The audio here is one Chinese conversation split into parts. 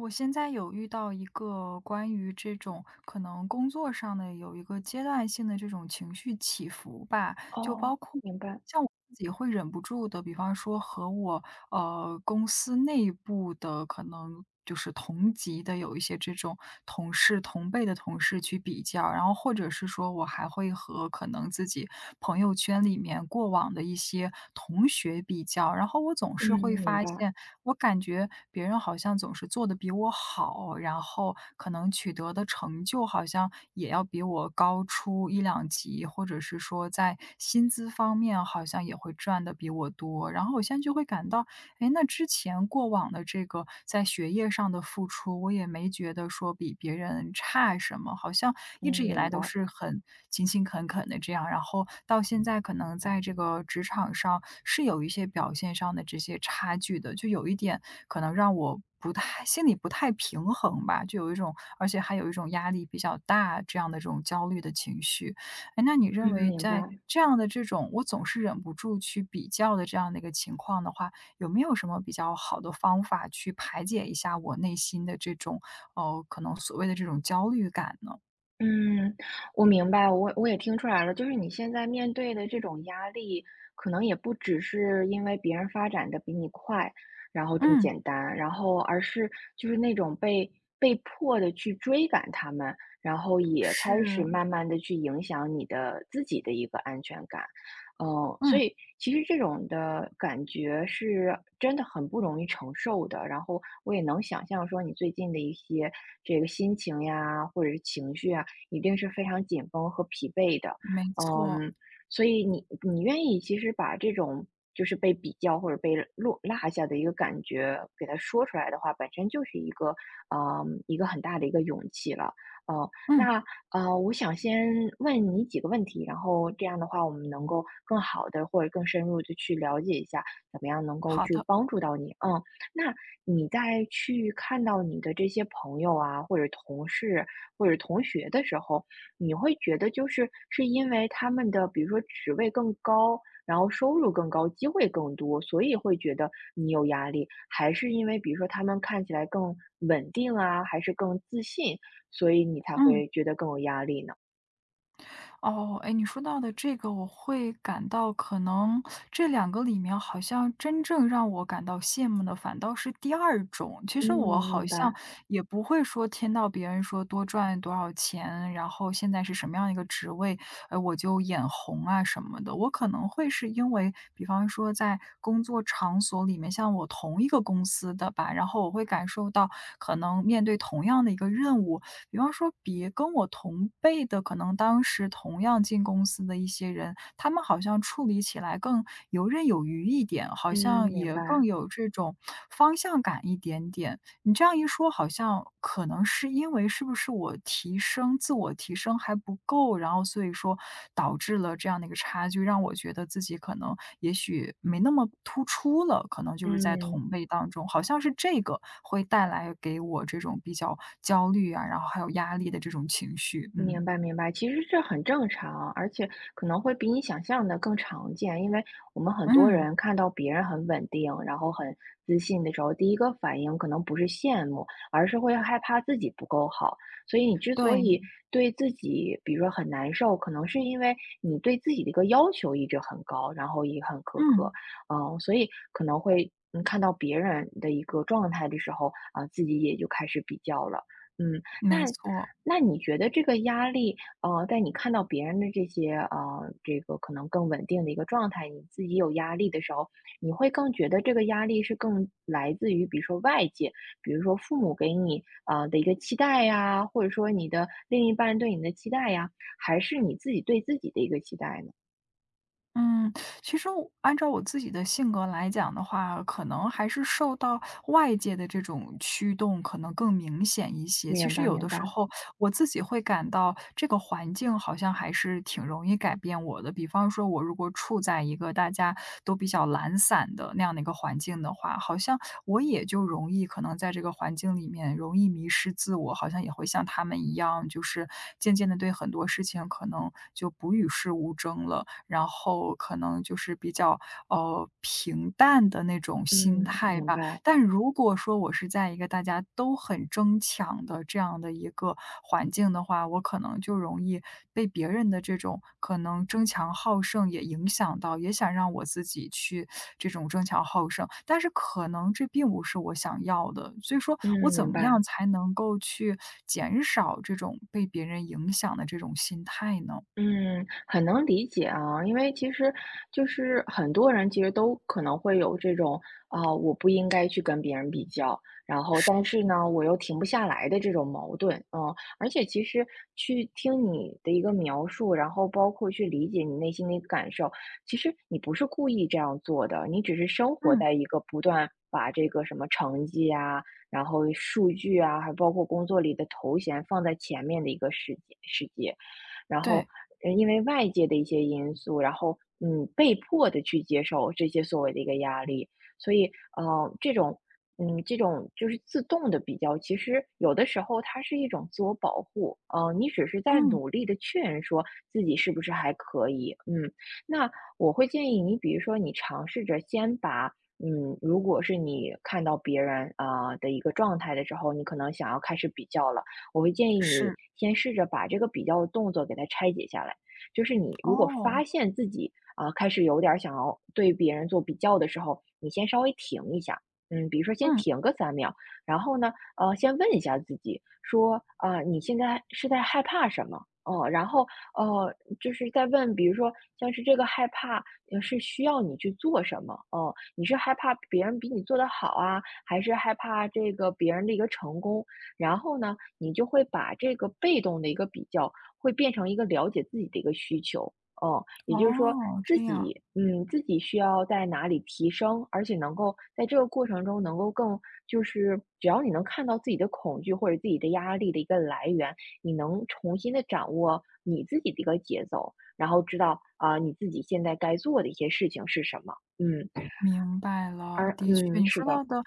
我现在有遇到一个关于这种可能工作上的有一个阶段性的这种情绪起伏吧，就哦，包括明白，像我自己会忍不住的，比方说和我公司内部的可能就是同级的有一些这种同事同辈的同事去比较，然后或者是说我还会和可能自己朋友圈里面过往的一些同学比较，然后我总嗯，是会明发白，现，我感觉别人好像总是做的比我好，然后可能取得的成就好像也要比我高出一两级，或者是说在薪资方面好像也会赚的比我多。然后我现在就会感到哎，那之前过往的这个在学业上的付出，我也没觉得说比别人差什么，好像一嗯，直以明来都白，是很勤勤恳恳的这样，然后到现在可能在这个职场上是有一些表现上的这些差距的，就有一点可能让我不太心里不太平衡吧，就有一种而且还有一种压力比较大这样的这种焦虑的情绪。哎，那你认嗯，为明白，在这样的这种我总是忍不住去比较的这样的一个情况的话，有没有什么比较好的方法去排解一下我内心的这种，可能所谓的这种焦虑感呢？嗯，我明白，我也听出来了，就是你现在面对的这种压力，可能也不只是因为别人发展的比你快，然后这么嗯。简单，然后而是就是那种被迫的去追赶他们，然后也开是。始慢慢的去影响你的自己的一个安全感，嗯，所嗯。以其实这种的感觉是真的很不容易承受的，然后我也能想象说你最近的一些这个心情呀，或者是情绪啊。一定是非常紧绷和疲惫的。没错。嗯，所以你愿意其实把这种就是被比较或者被落下的一个感觉给它说出来的话，本身就是一个一个很大的一个勇气了。嗯，嗯。那我想先问你几个问题，然后这样的话，我们能够更好的或者更深入的去了解一下，怎么样能够好去的。帮助到你。嗯，那你在去看到你的这些朋友啊，或者同事，或者同学的时候，你会觉得就是是因为他们的比如说职位更高，然后收入更高，机会更多，所以会觉得你有压力，还是因为比如说他们看起来更稳定啊，还是更自信，所以你才嗯。会觉得更有压力呢？哦，哎，你说到的这个，我会感到可能这两个里面，好像真正让我感到羡慕的，反倒是第二种。其嗯，实我好明像白，也不会说听到别人说多赚多少钱，然后现在是什么样一个职位，我就眼红啊什么的。我可能会是因为，比方说在工作场所里面，像我同一个公司的吧，然后我会感受到，可能面对同样的一个任务，比方说别跟我同辈的，可能当时同样进公司的一些人，他们好像处理起来更游刃有余一点，好嗯，像明也更白，有这种方向感一点点。你这样一说，好像可能是因为是不是我提升自我提升还不够，然后所以说导致了这样的一个差距，让我觉得自己可能也许没那么突出了，可能就是在嗯。同辈当中，好像是这个会带来给我这种比较焦虑啊，然后还有压力的这种情绪，嗯。明白明白，其实这很正常啊，而且可能会比你想象的更常见。因为我们很多嗯。人看到别人很稳定，然后很自信的时候，第一个反应可能不是羡慕，而是会害怕自己不够好。所以你之所对。以对自己，比如说很难受，可能是因为你对自己的一个要求一直很高，然后也很苛刻，嗯。嗯，所以可能会看到别人的一个状态的时候啊，自己也就开始比较了。嗯，没那错。你觉得这个压力，在你看到别人的这些，这个可能更稳定的一个状态，你自己有压力的时候，你会更觉得这个压力是更来自于，比如说外界，比如说父母给你，的一个期待呀，或者说你的另一半对你的期待呀，还是你自己对自己的一个期待呢？嗯，其实我按照我自己的性格来讲的话，可能还是受到外界的这种驱动可能更明显一些。其明实白，有明的时白，候我自己会感到这个环境好像还是挺容易改变我的。比方说，我如果处在一个大家都比较懒散的那样的一个环境的话，好像我也就容易可能在这个环境里面容易迷失自我，好像也会像他们一样，就是渐渐的对很多事情可能就不与世无争了。然后可能就是比较，平淡的那种心嗯，态明吧。白，但如果说我是在一个大家都很争抢的这样的一个环境的话，我可能就容易被别人的这种可能争强好胜也影响到，也想让我自己去这种争强好胜，但是可能这并不是我想要的。所以说我嗯，怎明么白。样才能够去减少这种被别人影响的这种心态呢？嗯，很能理解啊，因为其实就是很多人其实都可能会有这种啊、我不应该去跟别人比较，然后但是呢，我又停不下来的这种矛盾，嗯，而且其实去听你的一个描述，然后包括去理解你内心的一个感受，其实你不是故意这样做的，你只是生活嗯。在一个不断把这个什么成绩啊，然后数据啊，还包括工作里的头衔放在前面的一个世界。然后对。因为外界的一些因素，然后嗯，被迫的去接受这些所谓的一个压力，所以这种这种就是自动的比较，其实有的时候它是一种自我保护，你只是在嗯。努力的确认说自己是不是还可以，嗯，那我会建议你，比如说你尝试着先把。嗯，如果是你看到别人啊、的一个状态的时候，你可能想要开始比较了，我会建议是。你先试着把这个比较的动作给它拆解下来。就是你如果哦。发现自己啊、开始有点儿想要对别人做比较的时候，你先稍微停一下，嗯，比如说先嗯。停个三秒，然后呢，先问一下自己说，啊、你现在是在害怕什么？哦，然后呃，就是在问，比如说像是这个害怕，呃是需要你去做什么？哦，你是害怕别人比你做得好啊，还是害怕这个别人的一个成功？然后呢，你就会把这个被动的一个比较，会变成一个了解自己的一个需求。嗯，也就是说哦，自这样，己，嗯，自己需要在哪里提升，而且能够在这个过程中能够更，就是只要你能看到自己的恐惧或者自己的压力的一个来源，你能重新的掌握你自己的一个节奏，然后知道啊，你自己现在该做的一些事情是什么。嗯，明白了。而的确，嗯，是的，到的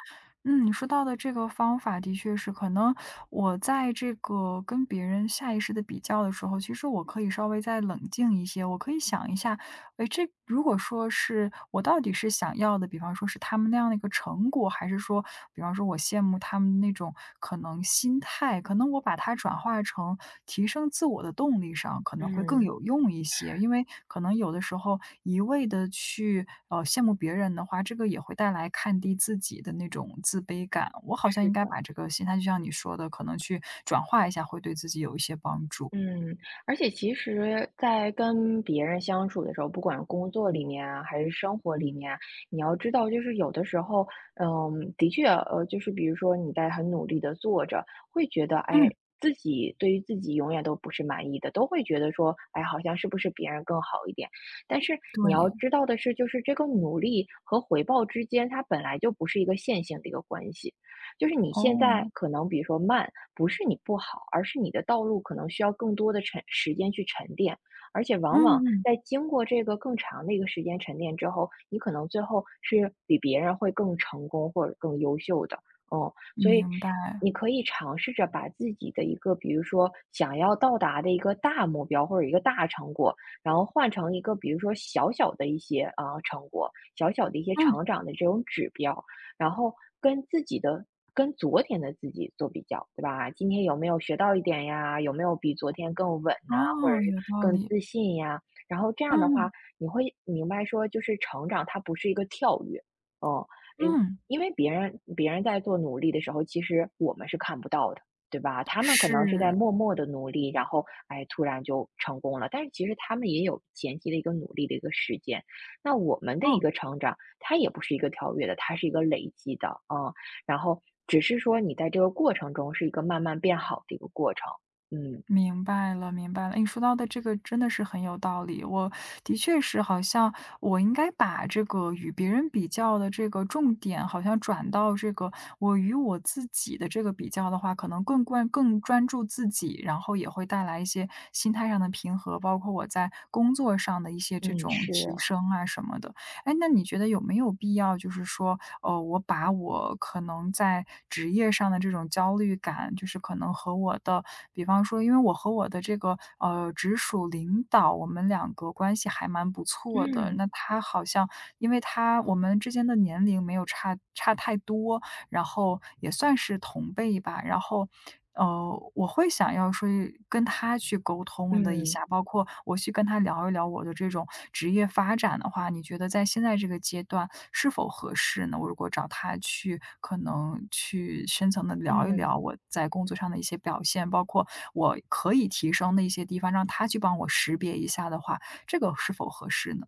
嗯，你说到的这个方法的确是，可能我在这个跟别人下意识的比较的时候，其实我可以稍微再冷静一些，我可以想一下哎，这如果说是我到底是想要的，比方说是他们那样的一个成果，还是说，比方说我羡慕他们那种可能心态，可能我把它转化成提升自我的动力上，可能会更嗯，有用一些。因为可能有的时候一味的去羡慕别人的话，这个也会带来看低自己的那种自卑感。我好像是应该的。把这个心态，就像你说的，可能去转化一下，会对自己有一些帮助。嗯，而且其实在跟别人相处的时候，不管工作里面啊，还是生活里面啊你要知道，就是有的时候，嗯，的确，就是比如说你在很努力的做着，会觉得，哎，嗯。自己对于自己永远都不是满意的，都会觉得说，哎，好像是不是别人更好一点？但是你要对。知道的是，就是这个努力和回报之间，它本来就不是一个线性的一个关系，就是你现哦。在可能比如说慢。不是你不好，而是你的道路可能需要更多的时间去沉淀，而且嗯往往嗯。在经过这个更长的一个时间沉淀之后，你可能最后是比别人会更成功或者更优秀的，嗯，所以明白。你可以尝试着把自己的一个，比如说想要到达的一个大目标或者一个大成果，然后换成一个比如说小小的一些啊、成果，小小的一些嗯。成长的这种指标，然后跟自己的跟昨天的自己做比较，对吧？今天有没有学到一点呀？有没有比昨天更稳哦，呐、或者是有道更理。自信呀？然后这样嗯的话，嗯你会明白说，就是成长它不是一个跳跃，嗯嗯，嗯。因为别人在做努力的时候，其实我们是看不到的。对吧？他们可是。能是在默默的努力，然后哎，突然就成功了。但是其实他们也有前期的一个努力的一个时间。那我们的哦，一个成长，它也不是一个跳跃的，它是一个累积的，啊。嗯然后只是说你在这个过程中是一个慢慢变好的一个过程，嗯。明白了明白了。诶你说到的这个真的是很有道理，我的确是好像我应该把这个与别人比较的这个重点，好像转到这个我与我自己的这个比较的话，可能更专注自己，然后也会带来一些心态上的平和，包括我在工作上的一些这嗯，种是，提升啊什么的。哎，那你觉得有没有必要，就是说，我把我可能在职业上的这种焦虑感，就是可能和我的，比方说，因为我和我的这个直属领导，我们两个关系还蛮不错的。那嗯，他好像，因为他我们之间的年龄没有差太多，然后也算是同辈吧，然后，我会想要说跟他去沟通的一嗯，下，包括我去跟他聊一聊我的这种职业发展的话，你觉得在现在这个阶段是否合适呢？我如果找他去，可能去深层的聊一嗯。聊我在工作上的一些表现，包括我可以提升的一些地方，让他去帮我识别一下的话，这个是否合适呢？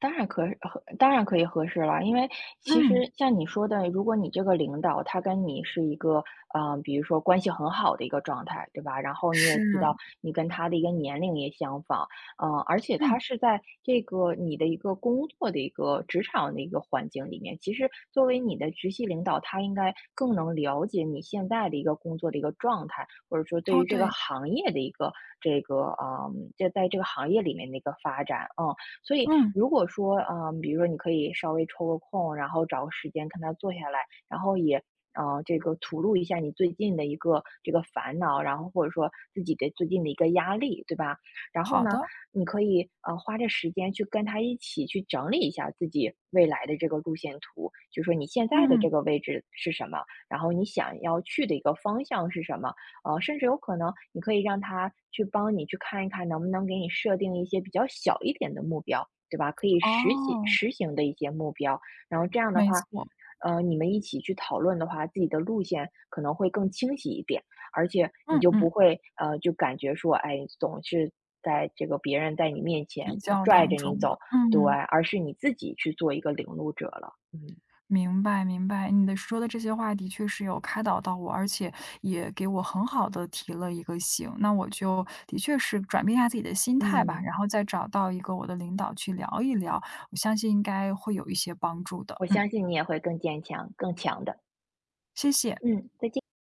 当然可以合适了，因为其嗯。实像你说的，如果你这个领导他跟你是一个，嗯，比如说关系很好的一个状态，对吧？然后你是。也知道，你跟他的一个年龄也相仿，嗯，而且嗯。他是在这个你的一个工作的一个职场的一个环境里面，其实作为你的直系领导，他应该更能了解你现在的一个工作的一个状态，或者说对哦。于这个对。行业的一个这个，嗯，就在这个行业里面的一个发展，嗯。所以嗯。如果说，嗯，比如说你可以稍微抽个空，然后找个时间跟他坐下来，然后也，这个吐露一下你最近的一个这个烦恼，然后或者说自己的最近的一个压力，对吧？然后好呢，的。你可以花这时间去跟他一起去整理一下自己未来的这个路线图，就说你现在的嗯。这个位置是什么，然后你想要去的一个方向是什么，甚至有可能你可以让他去帮你去看一看，能不能给你设定一些比较小一点的目标，对吧？可以哦。实行的一些目标，然后这样的没话，错。你们一起去讨论的话，自己的路线可能会更清晰一点，而且你嗯就不嗯。会就感觉说，哎，总是在这个别人在你面前比较拽当着你中的，走，对，嗯，而是你自己去做一个领路者了。嗯明白明白。你的说的这些话的确是有开导到我，而且也给我很好的提了一个醒，那我就的确是转变一下自己的心态吧，嗯，然后再找到一个我的领导去聊一聊，我相信应该会有一些帮助的，我嗯，相信你也会更坚强、更强的。谢谢。嗯，再见。